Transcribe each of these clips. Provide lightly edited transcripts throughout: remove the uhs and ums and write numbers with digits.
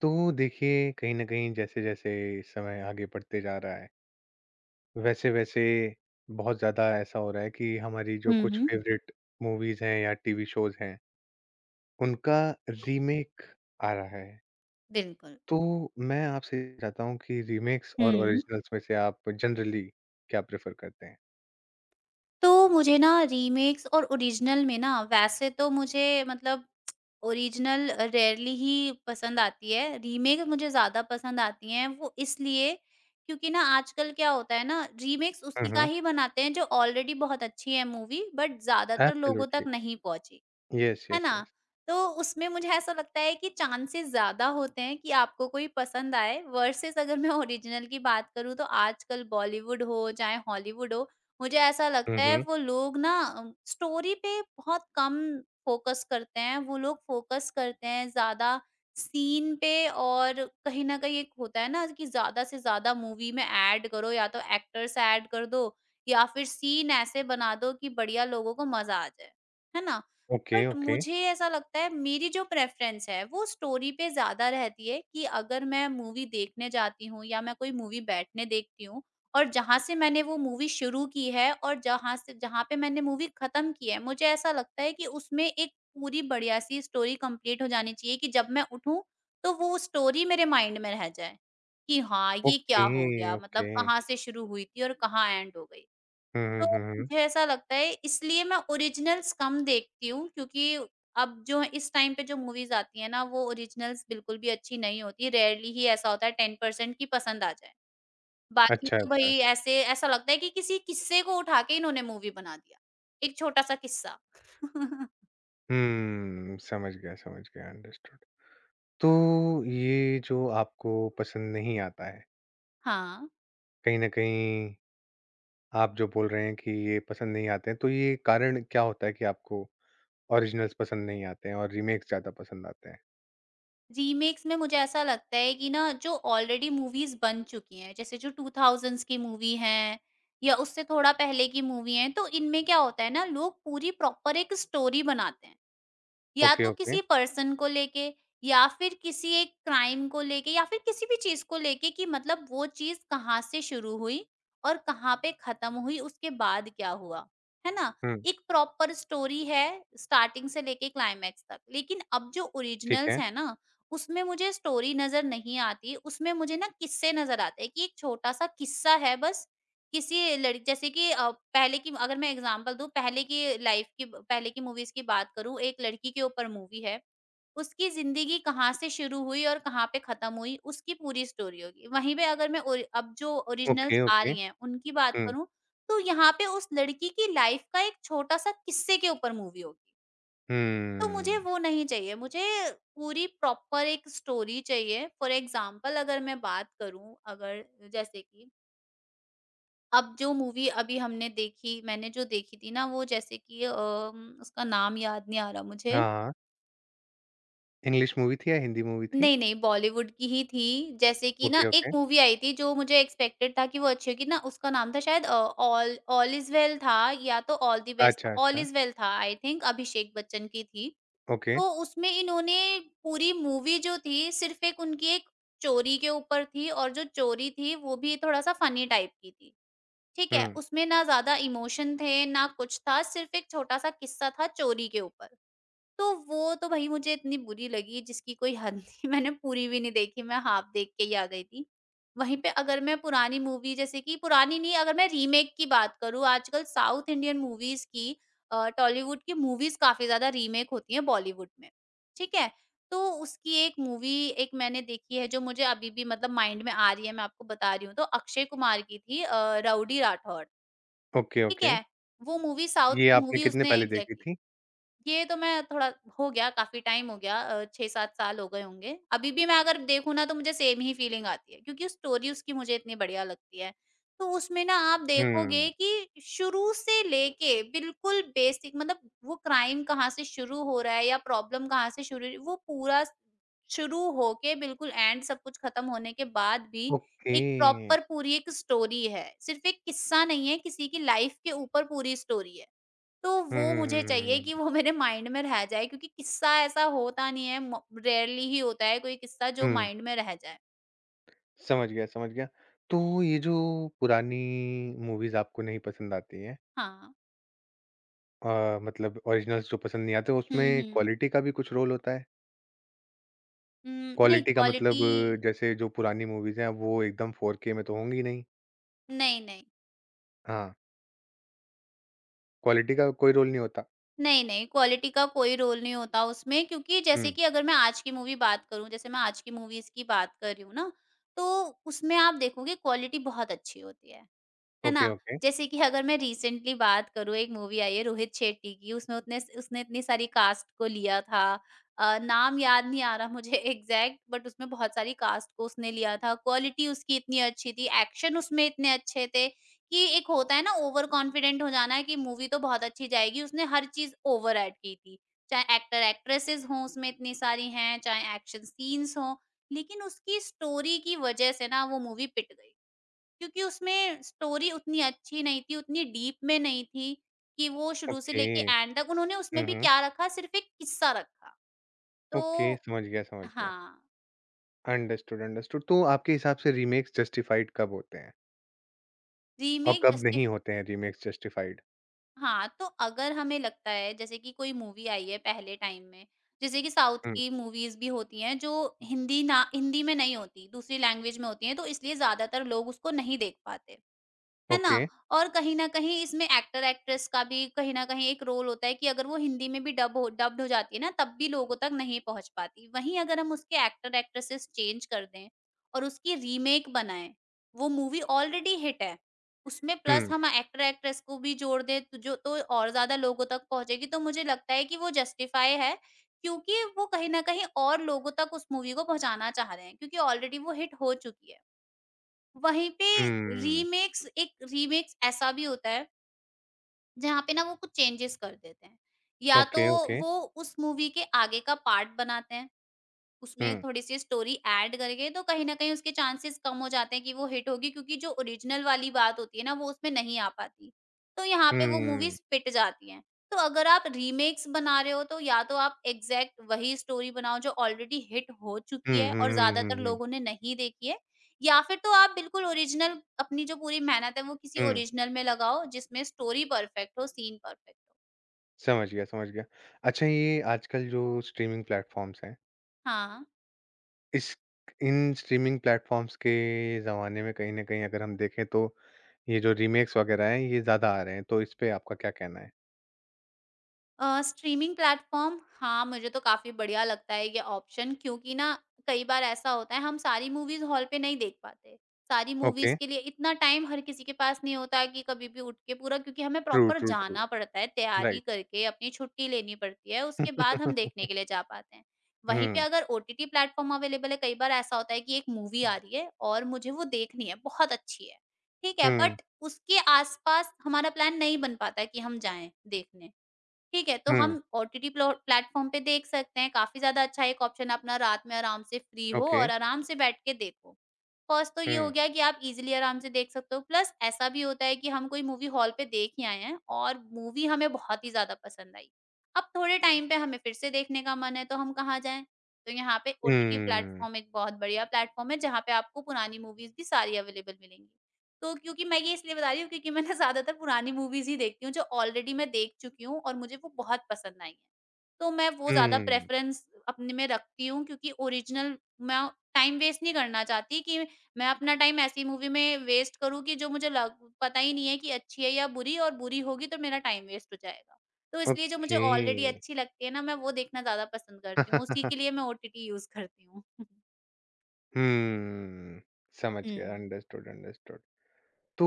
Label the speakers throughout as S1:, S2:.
S1: तो देखिए कहीं न कहीं जैसे-जैसे समय आगे बढ़ते जा रहा है, वैसे-वैसे बहुत ज़्यादा ऐसा हो रहा है कि हमारी जो
S2: हुँ,
S1: कुछ
S2: हुँ।
S1: फ़ेवरेट मूवीज़ हैं या टीवी शोज़ हैं, उनका रीमेक आ रहा है।
S2: बिल्कुल।
S1: तो मैं आपसे ये चाहता हूँ कि रीमेक्स और
S2: हुँ।
S1: ओरिजिनल्स में से आप जनरली क्या प्रेफ़र करते हैं?
S2: तो मुझे ना रीमेक्स और ओरिजिनल में, ना वैसे तो मुझे मतलब, ओरिजिनल रेयरली ही पसंद आती है, रीमेक मुझे ज़्यादा पसंद आती हैं। वो इसलिए क्योंकि ना आजकल क्या होता है ना, रीमेक्स
S1: हुँ,
S2: उसी का
S1: हुँ।
S2: ही बनाते हैं जो ऑलरेडी बहुत अच्छी है मूवी, बट ज़्यादातर लोगों तक
S1: एब्सोल्युटली।
S2: नहीं पहुँची।
S1: येस,
S2: है
S1: येस,
S2: ना?
S1: येस।
S2: तो उसमें मुझे ऐसा लगता है कि चांसेस ज़्यादा होते हैं कि आपको कोई पसंद आए, वर्सेस अगर मैं ओरिजिनल की बात करूँ, तो आजकल बॉलीवुड हो चाहे हॉलीवुड हो, मुझे ऐसा
S1: हुँ,
S2: लगता है
S1: हुँ।
S2: वो लोग ना स्टोरी पे बहुत कम फोकस करते हैं। वो लोग फोकस करते हैं ज़्यादा सीन पे। और कहीं न कहीं एक होता है ना, कि ज़्यादा से ज़्यादा मूवी में ऐड करो, या तो एक्टर्स ऐड कर दो, या फिर सीन ऐसे बना दो कि बढ़िया लोगों को मज़ा आ जाए। है ना?
S1: Okay,
S2: but
S1: okay.
S2: मुझे ऐसा लगता है मेरी जो प्रेफ़रेंस है वो स्टोरी पे ज़्यादा रहती है, कि अगर मैं मूवी देखने जाती हूँ या मैं कोई मूवी बैठने देखती हूँ, और जहाँ से मैंने वो मूवी शुरू की है और जहाँ से जहाँ पे मैंने मूवी ख़त्म की है, मुझे ऐसा लगता है कि उसमें एक पूरी बढ़िया-सी स्टोरी कंप्लीट हो जानी चाहिए, कि जब मैं उठूँ, तो वो स्टोरी मेरे माइंड में रह जाए, कि हाँ, ये
S1: ओके,
S2: क्या हो गया? मतलब
S1: ओके।
S2: कहाँ से शुरू हुई थी और कहाँ एंड हो गई?
S1: हुँ,
S2: तो
S1: हुँ, हुँ, हुँ।
S2: मुझे ऐसा लगता है, इसलिए मैं ओरिजिनल्स कम देखती हूँ, क्योंकि अब जो इस टाइम पे जो मूवीज़ आती है ना, वो ओरिजिनल्स बिल्कुल भी अच्छी नहीं होती। रेयरली ही ऐसा होता है 10% की पसंद आ जाए। बाकी
S1: अच्छा,
S2: तो
S1: अच्छा,
S2: भई
S1: अच्छा।
S2: ऐसे ऐसा लगता है कि किसी किस्से को उठा के इन्होंने मूवी बना दिया। एक छोटा-सा किस्सा।
S1: हुँ, समझ गया, समझ गया। अंडरस्टूड। तो ये जो आपको पसंद नहीं आता है,
S2: हाँ।
S1: कहीं न कहीं आप जो बोल रहे हैं कि ये पसंद नहीं आते हैं, तो ये कारण क्या होता है कि आपको ओरिजिनल्स पसंद नहीं आते हैं और रीमेक्स ज़्यादा पसंद आते हैं?
S2: रीमेक्स में मुझे ऐसा लगता है कि ना, जो ऑलरेडी मूवीज़ बन चुकी हैं, जैसे जो 2000s की मूवी हैं या उससे थोड़ा पहले की मूवी हैं, तो इनमें क्या होता है ना, लोग पूरी प्रॉपर एक स्टोरी बनाते हैं। या
S1: ओके,
S2: तो
S1: ओके।
S2: किसी पर्सन को लेके, या फिर किसी एक क्राइम को लेके, या फिर किसी भी चीज़ को लेके, कि मतलब वो चीज़ कहाँ से शुरू हुई और कहाँ पे खत्म हुई, उसके बाद क्या हुआ, है ना?
S1: हुँ,
S2: एक प्रॉपर स्टोरी है, स्टार्टिंग से लेके क्लाइमैक्स तक। लेकिन अब जो
S1: ठीक
S2: ओरिजिनल्स
S1: है।
S2: हैं ना, उसमें मुझे स्टोरी नज़र नहीं आती, उसमें मुझे ना किस्से नज़र आते हैं, कि एक छोटा-सा किस्सा है बस, किसी लड़की जैसे कि पहले की, अगर मैं एग्जांपल दूँ, पहले की लाइफ की, पहले की मूवीज़ की बात करूँ, एक लड़की के ऊपर मूवी है, उसकी ज़िंदगी कहाँ से शुरू हुई और कहाँ पे खत्म हुई, उसकी पूरी स्टोरी होगी। वहीं पे अगर मैं ओरि अब जो
S1: ओके,
S2: ओरिजिनल्स आ
S1: ओके।
S2: रही हैं, उनकी बात
S1: हुँ,
S2: करूँ, तो यहाँ पे उस लड़की की लाइफ का एक छोटा-सा किस्से के ऊपर मूवी होगी। तो मुझे
S1: हुँ।
S2: वो नहीं चाहिए, मुझे पूरी प्रॉपर एक स्टोरी चाहिए। फॉर एग्जांपल अगर मैं बात करूँ, अगर जैसे कि अब जो मूवी अभी हमने देखी, मैंने जो देखी थी ना वो, जैसे कि उसका नाम याद नहीं आ रहा
S1: हाँ,
S2: मुझे।
S1: हाँ। इंग्लिश मूवी थी या हिंदी मूवी थी?
S2: नहीं, नहीं, बॉलीवुड की ही थी। जैसे कि ना,
S1: ओके,
S2: एक
S1: ओके।
S2: मूवी आई थी जो मुझे एक्सपेक्टेड था कि वो अच्छी होगी ना, उसका नाम था शायद ऑल ऑल इज़ वेल था, या तो ऑल द बेस्ट
S1: अच्छा,
S2: था। ऑल
S1: अच्छा।
S2: इज़ वेल था आई थिंक, अभिषेक बच्चन की थी।
S1: ओके।
S2: तो उसमें इन्होंने पूरी मूवी जो थी सिर्फ़ एक उनकी एक चोरी के ऊपर थी, और जो चोरी थी वो भी थोड़ा-सा फ़नी टाइप की थी। ठीक है,
S1: हुँ।
S2: उसमें ना ज़्यादा इमोशन थे, ना कुछ था, सिर्फ़ एक छोटा-सा किस्सा था चोरी के ऊपर। तो वो तो भई मुझे इतनी बुरी लगी, जिसकी कोई हद नहीं। मैंने पूरी भी नहीं देखी, मैं हाफ़ देख के ही आ गई थी। वहीं पे अगर मैं पुरानी मूवी जैसे कि पुरानी नहीं, अगर मैं रीमेक की बात करूँ, आजकल साउथ इंडियन मूवीज़ की टॉलीवुड की मूवीज़ काफ़ी ज़्यादा रीमेक होती हैं बॉलीवुड में, ठीक है? तो उसकी एक मूवी, एक मैंने देखी है जो मुझे अभी भी मतलब माइंड में आ रही है, मैं आपको बता रही हूँ, तो अक्षय कुमार की थी राउडी राठौर,
S1: ओके,
S2: ठीक
S1: ओके।
S2: है? वो मूवी साउथ
S1: ये
S2: की
S1: आपने
S2: मूवी
S1: कितने
S2: उसने
S1: पहले देखी
S2: एग्ज़ैक्टली।
S1: थी?
S2: ये तो मैं थोड़ा। हो गया, काफ़ी टाइम हो गया, 6-7 साल हो गए होंगे। अभी भी मैं अगर देखूँ ना, तो मुझे सेम ही फीलिंग आती है, क्योंकि स्टोरी उसकी मुझे इतनी बढ़िया लगती है। तो उसमें ना आप
S1: हुँ।
S2: देखोगे कि शुरू से लेके बिल्कुल बेसिक मतलब, वो क्राइम कहाँ से शुरू हो रहा है या प्रॉब्लम कहाँ से शुरू, वो पूरा शुरू होके बिल्कुल एंड, सब कुछ ख़त्म होने के बाद भी,
S1: ओके।
S2: एक प्रॉपर पूरी एक स्टोरी है। सिर्फ़ एक किस्सा नहीं है, किसी की लाइफ़ के ऊपर पूरी स्टोरी है। तो
S1: हुँ,
S2: वो
S1: हुँ,
S2: मुझे
S1: हुँ, हुँ, हुँ,
S2: चाहिए
S1: हुँ,
S2: कि
S1: हुँ।
S2: वो मेरे माइंड में रह जाए, क्योंकि किस्सा ऐसा होता नहीं है, मो रेयरली ही होता है कोई किस्सा जो
S1: हुँ।
S2: माइंड में रह जाए।
S1: समझ गया, समझ गया। तो ये जो पुरानी मूवीज़ आपको नहीं पसंद आती हैं
S2: हाँ।
S1: मतलब ओरिजिनल्स जो पसंद नहीं आते उसमें
S2: हुँ, हुँ।
S1: क्वालिटी का भी कुछ रोल होता है?
S2: हुँ, नहीं
S1: क्वालिटी का मतलब
S2: क्वालिटी।
S1: जैसे जो पुरानी मूवीज़ हैं वो एकदम 4K में तो होंगी नहीं।
S2: नहीं, नहीं।
S1: हाँ, क्वालिटी का कोई रोल नहीं होता।
S2: नहीं, नहीं क्वालिटी का कोई रोल नहीं होता उसमें, क्योंकि जैसे
S1: हुँ,
S2: कि अगर मैं आज की मूवी बात करूँ, जैसे मैं आज की मूवीज़ की बात कर रही हूँ ना, तो उसमें आप देखोगे क्वालिटी बहुत अच्छी होती है। है
S1: ओके,
S2: ना?
S1: ओके,
S2: जैसे कि अगर मैं रिसेंटली बात करूँ, एक मूवी आई है रोहित शेट्टी की, उसमें उतने उसने इतनी सारी कास्ट को लिया था। नाम याद नहीं आ रहा मुझे एग्ज़ैक्ट, बट उसमें बहुत सारी कास्ट को उसने लिया था। क्वालिटी उसकी इतनी अच्छी थी, एक्शन उसमें इतने अच्छे थे, कि एक होता है ना ओवर कॉन्फिडेंट हो जाना, कि मूवी तो बहुत अच्छी जाएगी, उसने हर चीज़ ओवर ऐड की थी। चाहे एक्टर एक्ट्रेसेस हों, उसमें इतनी सारी हैं, चाहे एक्शन सीन्स हों, लेकिन उसकी स्टोरी की वज़ह से ना वो मूवी पिट गई। क्योंकि उसमें स्टोरी उतनी अच्छी नहीं थी, उतनी डीप में नहीं थी, कि वो शुरू से
S1: ओके।
S2: लेके एंड तक, उन्होंने उसमें
S1: हुँ,
S2: भी
S1: हुँ।
S2: क्या रखा, सिर्फ़ एक किस्सा रखा। तो
S1: ओके, समझ गया, समझ गया।
S2: हाँ।
S1: Understood, understood. तो आपके हिसाब से रीमेक्स जस्टिफाइड कब होते हैं? और
S2: रीमेक
S1: कब
S2: जस्टिफ
S1: नहीं होते हैं रीमेक्स जस्टिफाइड?
S2: हाँ, तो अगर हमें लगता है जैसे कि कोई मूवी आई है पहले टाइम में, जैसे कि साउथ
S1: हुँ,
S2: की मूवीज़ भी होती हैं जो हिंदी में नहीं होती, दूसरी लैंग्वेज में होती हैं, तो इसलिए ज़्यादातर लोग उसको नहीं देख पाते। है
S1: ओके।
S2: ना? और कहीं न कहीं इसमें एक्टर-एक्ट्रेस का भी कहीं न कहीं एक रोल होता है, कि अगर वो हिंदी में भी डब हो डब्ड हो जाती है ना, तब भी लोगों तक नहीं पहुँच पाती। वहीं अगर हम उसके एक्टर-एक्ट्रेसेस चेंज कर दें और उसकी रीमेक बनाएँ, वो मूवी ऑलरेडी हिट है, उसमें प्लस
S1: हुँ,
S2: हम एक्टर-एक्ट्रेस को भी जोड़ दें, तो जो तो और ज़्यादा लोगों तक पहुँचेगी, तो मुझे लगता है कि वो जस्टिफाई है, क्योंकि वो कहीं न कहीं और लोगों तक उस मूवी को पहुँचाना चाह रहे हैं, क्योंकि ऑलरेडी वो हिट हो चुकी है। वहीं पे
S1: हुँ।
S2: रीमेक्स ऐसा भी होता है, जहाँ पे ना वो कुछ चेंजेस कर देते हैं। या तो
S1: ओके, ओके।
S2: वो उस मूवी के आगे का पार्ट बनाते हैं, उसमें
S1: हुँ।
S2: थोड़ी-सी स्टोरी ऐड करके, तो कहीं न कहीं उसके चांसेस कम हो जाते हैं कि वो हिट होगी, क्योंकि जो ओरिजिनल वाली बात होती है ना वो उसमें नहीं आ पाती। तो यहाँ पे वो
S1: हुँ।
S2: मूवीज़ पिट जाती हैं। तो अगर आप रीमेक्स बना रहे हो, तो या तो आप एग्ज़ैक्ट वही स्टोरी बनाओ जो ऑलरेडी हिट हो
S1: हुँ,
S2: चुकी है
S1: हुँ,
S2: और
S1: हुँ,
S2: ज़्यादातर
S1: हुँ, हुँ।
S2: लोगों ने नहीं देखी है, या फिर तो आप बिल्कुल ओरिजिनल अपनी जो पूरी मेहनत है वो किसी
S1: हुँ,
S2: ओरिजिनल में लगाओ, जिसमें स्टोरी परफेक्ट हो, सीन परफेक्ट हो।
S1: समझ गया, समझ गया। अच्छा ये आजकल जो स्ट्रीमिंग प्लेटफ़ॉर्म्स हैं,
S2: हाँ।
S1: इस इन स्ट्रीमिंग प्लेटफ़ॉर्म्स के ज़माने में कहीं न कहीं अगर हम देखें तो ये जो रीमेक्स वग़ैरह हैं, ये ज़्यादा आ रहे हैं, तो इस पे आपका क्या कहना है?
S2: स्ट्रीमिंग प्लेटफ़ॉर्म, हाँ, मुझे तो काफ़ी बढ़िया लगता है ये ऑप्शन, क्योंकि ना कई बार ऐसा होता है हम सारी मूवीज़ हॉल पे नहीं देख पाते। सारी
S1: ओके,
S2: मूवीज़ के लिए इतना टाइम हर किसी के पास नहीं होता है कि कभी भी उठ के पूरा, क्योंकि हमें
S1: ट्रू,
S2: प्रॉपर
S1: ट्रू, ट्रू,
S2: जाना पड़ता है, तैयारी
S1: राइट।
S2: करके अपनी छुट्टी लेनी पड़ती है, उसके बाद हम देखने के लिए जा पाते हैं। वहीं पे
S1: हुँ,
S2: अगर ओटीटी प्लेटफ़ॉर्म अवेलेबल है, कई बार ऐसा होता है कि एक मूवी आ रही है और मुझे वो देखनी है, बहुत अच्छी है, ठीक है?
S1: हुँ,
S2: बट उसके आस-पास हमारा प्लान नहीं बन पाता है कि हम जाएँ देखने। ठीक है, तो
S1: हुँ,
S2: हम ओटीटी प्लो प्लेटफ़ॉर्म पे देख सकते हैं, काफ़ी ज़्यादा अच्छा एक ऑप्शन है अपना, रात में आराम से फ्री हो
S1: ओके,
S2: और आराम से बैठ के देखो। फर्स्ट तो ये हो
S1: हुँ,
S2: गया कि आप ईज़िली आराम से देख सकते हो, प्लस ऐसा भी होता है कि हम कोई मूवी हॉल पे देख ही आए हैं और मूवी हमें बहुत ही ज़्यादा पसंद आई। अब थोड़े टाइम पे हमें फिर से देखने का मन है, तो हम कहाँ जाएँ? तो यहाँ पे ओटीटी
S1: हुँ,
S2: प्लेटफ़ॉर्म एक बहुत बढ़िया प्लेटफ़ॉर्म है, जहाँ पे आपको पुरानी मूवीज़ भी सारी अवेलेबल मिलेंगी। तो क्योंकि मैं ये इसलिए बता रही हूँ क्योंकि मैं ना ज़्यादातर पुरानी मूवीज़ ही देखती हूँ जो ऑलरेडी मैं देख चुकी हूँ और मुझे वो बहुत पसंद आई हैं। तो मैं वो ज़्यादा
S1: हुँ,
S2: प्रेफ़रेंस अपने में रखती हूँ क्योंकि ओरिजिनल मैं टाइम वेस्ट नहीं करना चाहती कि मैं अपना टाइम ऐसी मूवी में वेस्ट करूँ कि जो मुझे लग पता ही नहीं है कि अच्छी है या बुरी, और बुरी होगी तो मेरा टाइम वेस्ट हो जाएगा। तो इसलिए जो मुझे
S1: ओके।
S2: ऑलरेडी अच्छी लगती है ना, मैं वो देखना ज़्यादा पसंद करती हूँ। उसी के लिए मैं ओटीटी यूज़ करती हूँ।
S1: हुँ, समझ गया,
S2: हुँ।
S1: Understood, understood. तो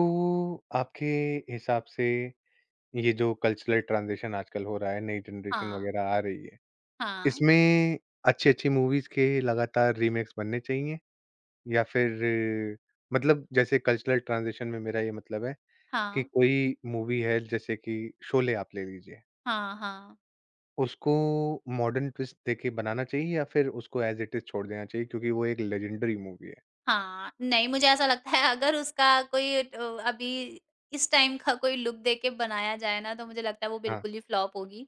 S1: आपके हिसाब से ये जो कल्चरल ट्रांजिशन आजकल हो रहा है, नई जनरेशन
S2: हाँ,
S1: वगैरह आ रही है,
S2: हाँ,
S1: इसमें अच्छी-अच्छी मूवीज़ के लगातार रीमेक्स बनने चाहिए? या फिर मतलब जैसे कल्चरल ट्रांजिशन में मेरा ये मतलब है कि
S2: हाँ,
S1: कोई मूवी है जैसे कि शोले आप ले लीजिए,
S2: हाँ, हाँ।
S1: उसको मॉडर्न ट्विस्ट देके बनाना चाहिए या फिर उसको ऐज़ इट इज़ छोड़ देना चाहिए क्योंकि वो एक लेजेंडरी मूवी है?
S2: हाँ, नहीं, मुझे ऐसा लगता है, अगर उसका कोई अभी इस टाइम का कोई लुक देके बनाया जाए ना, तो मुझे लगता है वो
S1: हाँ।
S2: बिल्कुल ही फ्लॉप होगी।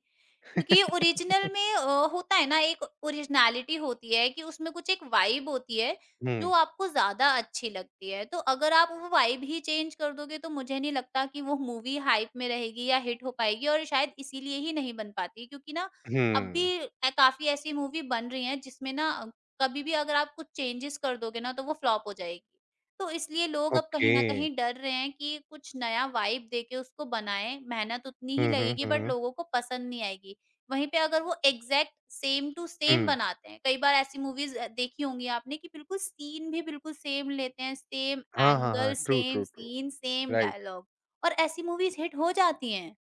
S2: क्योंकि ओरिजिनल में होता है ना, एक ओरिजिनैलिटी होती है कि उसमें कुछ एक वाइब होती है
S1: हुँ,
S2: जो आपको ज़्यादा अच्छी लगती है। तो अगर आप वो वाइब ही चेंज कर दोगे, तो मुझे नहीं लगता कि वो मूवी हाइप में रहेगी या हिट हो पाएगी। और शायद इसीलिए ही नहीं बन पाती, क्योंकि ना अब
S1: हुँ,
S2: भी काफ़ी ऐसी मूवी बन रही हैं जिसमें ना कभी भी अगर आप कुछ चेंजेस कर दोगे ना, तो वो फ्लॉप हो जाएगी। तो इसलिए लोग अब
S1: ओके।
S2: कहीं न कहीं डर रहे हैं कि कुछ नया वाइब देके उसको बनाएँ, मेहनत उतनी ही
S1: हुँ, हुँ,
S2: लगेगी
S1: हुँ,
S2: बट
S1: हुँ,
S2: लोगों को पसंद नहीं आएगी। वहीं पे अगर वो exact same to same
S1: hmm.
S2: बनाते हैं, कई बार ऐसी मूवीज़ देखी होंगी आपने कि बिल्कुल सीन भी बिल्कुल सेम लेते हैं, सेम
S1: हाँ, हाँ, हाँ।
S2: Angle,
S1: true,
S2: same
S1: true, true.
S2: Scene, same
S1: right.
S2: Dialogue, और ऐसी मूवीज़ हिट हो जाती हैं।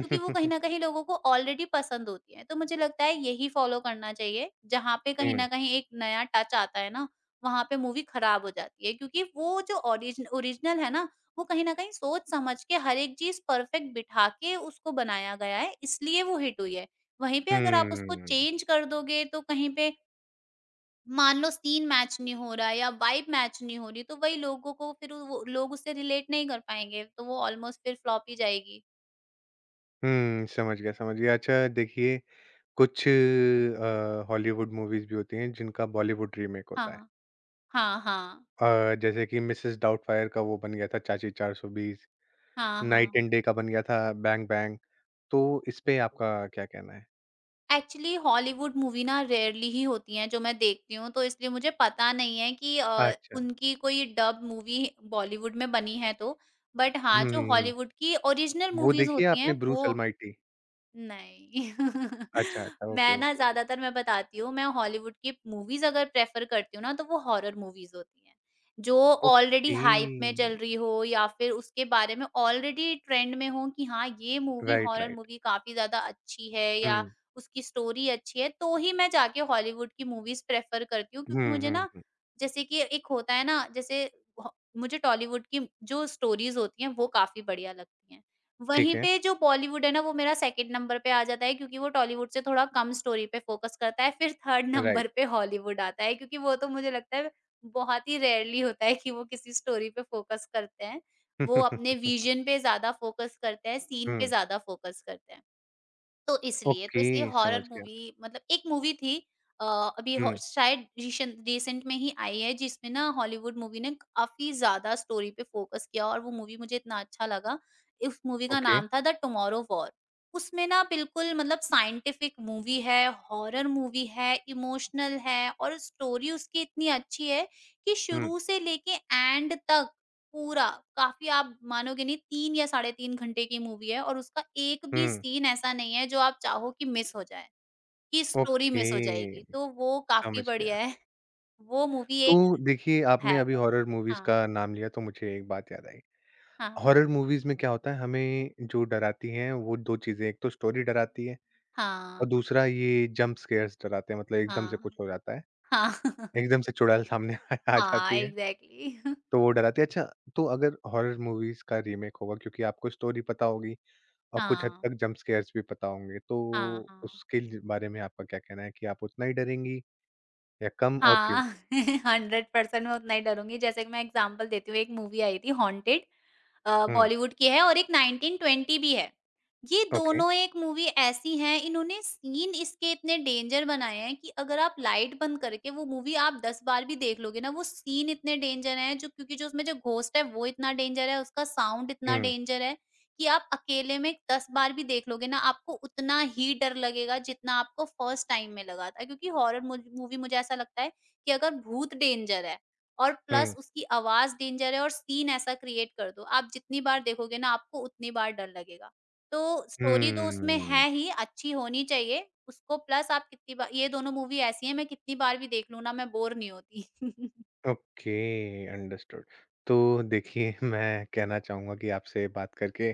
S2: क्योंकि वो कहीं न कहीं लोगों को ऑलरेडी पसंद होती है। तो मुझे लगता है यही फ़ॉलो करना चाहिए। जहाँ पे कहीं
S1: हुँ।
S2: न कहीं एक नया टच आता है ना, वहाँ पे मूवी ख़राब हो जाती है, क्योंकि वो जो ओरिजिनल है ना, वो कहीं न कहीं सोच समझ के हर एक चीज़ परफ़ेक्ट बिठा के उसको बनाया गया है, इसलिए वो हिट हुई है। वहीं पे अगर आप उसको
S1: हुँ।
S2: चेंज कर दोगे, तो कहीं पे मान लो सीन मैच नहीं हो रहा है या वाइब मैच नहीं हो रही, तो वही लोगों को, फिर वो लोग उससे रिलेट नहीं कर पाएँगे, तो वो ऑलमोस्ट फिर फ्लॉप ही जाएगी।
S1: हुँ, समझ गया, समझ गया। अच्छा देखिए कुछ हॉलीवुड मूवीज़ भी होती हैं जिनका बॉलीवुड रीमेक होता है।
S2: हाँ, हाँ, हाँ।
S1: जैसे कि मिसेस डाउटफायर का वो बन गया था चाची 420,
S2: हाँ,
S1: नाइट
S2: हाँ।
S1: एंड डे का बन गया था बैंग बैंग। तो इस पे आपका क्या कहना है?
S2: एक्चुअली हॉलीवुड मूवी ना रेयरली ही होती हैं जो मैं देखती हूँ, तो इसलिए मुझे पता नहीं है कि
S1: अच्छा।
S2: उनकी कोई डब मूवी बॉलीवुड में बनी है तो। बट हाँ, जो
S1: हुँ।
S2: हॉलीवुड की ओरिजिनल
S1: वो
S2: मूवीज़
S1: देखी है
S2: होती
S1: आपने
S2: हैं
S1: ब्रूस
S2: वो
S1: अलमाइटी?
S2: नहीं।
S1: अच्छा, अच्छा। ओके,
S2: मैं ना,
S1: ओके।
S2: ज़्यादातर मैं बताती हूँ, मैं हॉलीवुड की मूवीज़ अगर प्रेफ़र करती हूँ ना, तो वो हॉरर मूवीज़ होती हैं, जो ऑलरेडी
S1: ओके।
S2: हाइप में चल रही हो या फिर उसके बारे में ऑलरेडी ट्रेंड में हो कि हाँ, ये movie,
S1: right,
S2: horror
S1: right.
S2: Movie काफ़ी ज़्यादा अच्छी है या
S1: हुँ।
S2: उसकी स्टोरी अच्छी है, तो ही मैं जाके हॉलीवुड की मूवीज़ प्रेफ़र करती हूँ, क्योंकि
S1: हुँ,
S2: मुझे
S1: हुँ,
S2: ना,
S1: हुँ।
S2: जैसे कि एक होता है ना, जैसे ह मुझे टॉलीवुड की जो स्टोरीज़ होती हैं, वो काफ़ी बढ़िया लगती हैं।
S1: ठीक
S2: वहीं
S1: है।
S2: पे जो बॉलीवुड है ना, वो मेरा सेकंड नंबर पे आ जाता है, क्योंकि वो टॉलीवुड से थोड़ा कम स्टोरी पे फ़ोकस करता है। फिर थर्ड
S1: राइट।
S2: नंबर पे हॉलीवुड आता है, क्योंकि वो तो मुझे लगता है बहुत ही रेयरली होता है कि वो किसी स्टोरी पे फ़ोकस करते हैं। वो
S1: हुँ,
S2: अपने विज़न पे ज़्यादा फ़ोकस करते हैं, सीन पे ज़्यादा फ़ोकस करते हैं। तो इसलिए
S1: ओके, समझ
S2: हॉरर
S1: गया।
S2: मूवी, मतलब एक मूवी थी अ, अभी हो
S1: हुँ,
S2: शायद रिशन रिसेंट में ही आई है, जिसमें ना हॉलीवुड मूवी ने काफ़ी ज़्यादा स्टोरी पे फ़ोकस किया और वो मूवी मुझे इतना अच्छा लगा। उस मूवी का
S1: ओके,
S2: नाम था द टुमारो वॉर। उसमें ना बिल्कुल मतलब साइंटिफ़िक मूवी है, हॉरर मूवी है, इमोशनल है, और स्टोरी उसकी इतनी अच्छी है कि
S1: हुँ,
S2: शुरू से लेके एंड तक पूरा, काफ़ी, आप मानोगे नहीं, 3 या साढ़े 3 घंटे की मूवी है और उसका एक भी
S1: हुँ,
S2: सीन ऐसा नहीं है जो आप चाहो कि मिस हो जाए, कि स्टोरी
S1: ओके,
S2: मिस हो जाएगी, तो वो काफ़ी
S1: समझ गया।
S2: बढ़िया है। वो मूवी
S1: तो
S2: एक
S1: देखिए, आपने
S2: है
S1: अभी
S2: बस।
S1: हॉरर मूवीज़
S2: हाँ,
S1: का नाम लिया, तो मुझे एक बात याद आई।
S2: हाँ,
S1: हॉरर मूवीज़ में क्या होता है, हमें जो डराती हैं, वो 2 चीज़ें, एक तो स्टोरी डराती है और
S2: हाँ,
S1: दूसरा ये जंप स्केयर्स डराते हैं, मतलब एकदम से कुछ
S2: हाँ,
S1: हो जाता है,
S2: हाँ,
S1: एकदम से चुड़ैल सामने आ
S2: हाँ,
S1: जाती है,
S2: एग्ज़ैक्टली।
S1: तो वो डराती है। अच्छा, तो अगर हॉरर मूवीज़ का रीमेक होगा, क्योंकि आपको स्टोरी पता होगी और कुछ हद
S2: हाँ,
S1: तक जंप स्केयर्स भी पता होंगे,
S2: हाँ,
S1: तो
S2: हाँ।
S1: उसके लि बारे में आपका क्या कहना है कि आप उतना ही डरेंगी या कम और क्यों?
S2: हाँ, 100% मैं उतना ही डरूँगी। जैसे कि मैं एग्ज़ाम्पल देती हूँ, एक मूवी आई थी हॉन्टेड
S1: हुँ,
S2: बॉलीवुड की है, और एक 1920 भी है। ये
S1: ओके,
S2: दोनों एक मूवी ऐसी हैं, इन्होंने सीन इसके इतने डेंजर बनाए हैं कि अगर आप लाइट बंद करके वो मूवी आप 10 बार भी देख लोगे ना, वो सीन इतने डेंजर हैं, जो क्योंकि जो उसमें जो घोस्ट है वो इतना डेंजर है, उसका साउंड इतना
S1: हुँ,
S2: डेंजर है कि आप अकेले में 10 बार भी देख लोगे ना, आपको उतना ही डर लगेगा जितना आपको फर्स्ट टाइम में लगा था। क्योंकि हॉरर मुझ मूवी, मुझे ऐसा लगता है कि अगर भूत डेंजर है और
S1: हुँ,
S2: प्लस उसकी आवाज़ डेंजर है और सीन ऐसा क्रिएट कर दो, आप जितनी बार देखोगे ना आपको उतनी बार डर लगेगा। तो स्टोरी तो उसमें
S1: हुँ,
S2: है ही, अच्छी होनी चाहिए उसको, प्लस आप कितनी बार, ये दोनों मूवी ऐसी हैं मैं कितनी बार भी देख लूँ ना, मैं बोर नहीं होती।
S1: Okay, understood. तो देखिए, मैं कहना चाहूँगा कि आपसे बात करके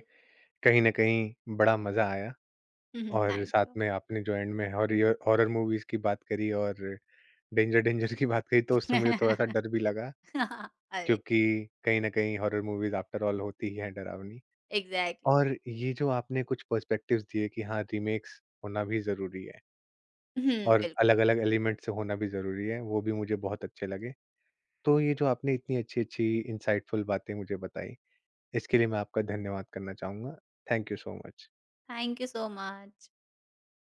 S1: कहीं न कहीं बड़ा मज़ा आया
S2: हुँ, हुँ,
S1: और साथ
S2: थैंक यू।
S1: में आपने जो एंड में हॉरियर हॉरर मूवीज़ की बात करी और डेंजर डेंजर की बात करी, तो उससे मुझे थोड़ा-सा डर भी लगा
S2: अरे!
S1: क्योंकि कहीं न कहीं हॉरर मूवीज़ आफ्टर ऑल होती ही हैं डरावनी।
S2: एग्ज़ैक्टली।
S1: और ये जो आपने कुछ पर्सपेक्टिव्स दिए कि हाँ, रीमेक्स होना भी ज़रूरी है
S2: हुँ,
S1: और
S2: बिल्कुल।
S1: अलग-अलग एलिमेंट से होना भी ज़रूरी है, वो भी मुझे बहुत अच्छे लगे। तो ये जो आपने इतनी अच्छी-अच्छी इनसाइटफुल बातें मुझे बताई, इसके लिए मैं आपका धन्यवाद करना चाहूँगा। Thank you so much.
S2: Thank you so much.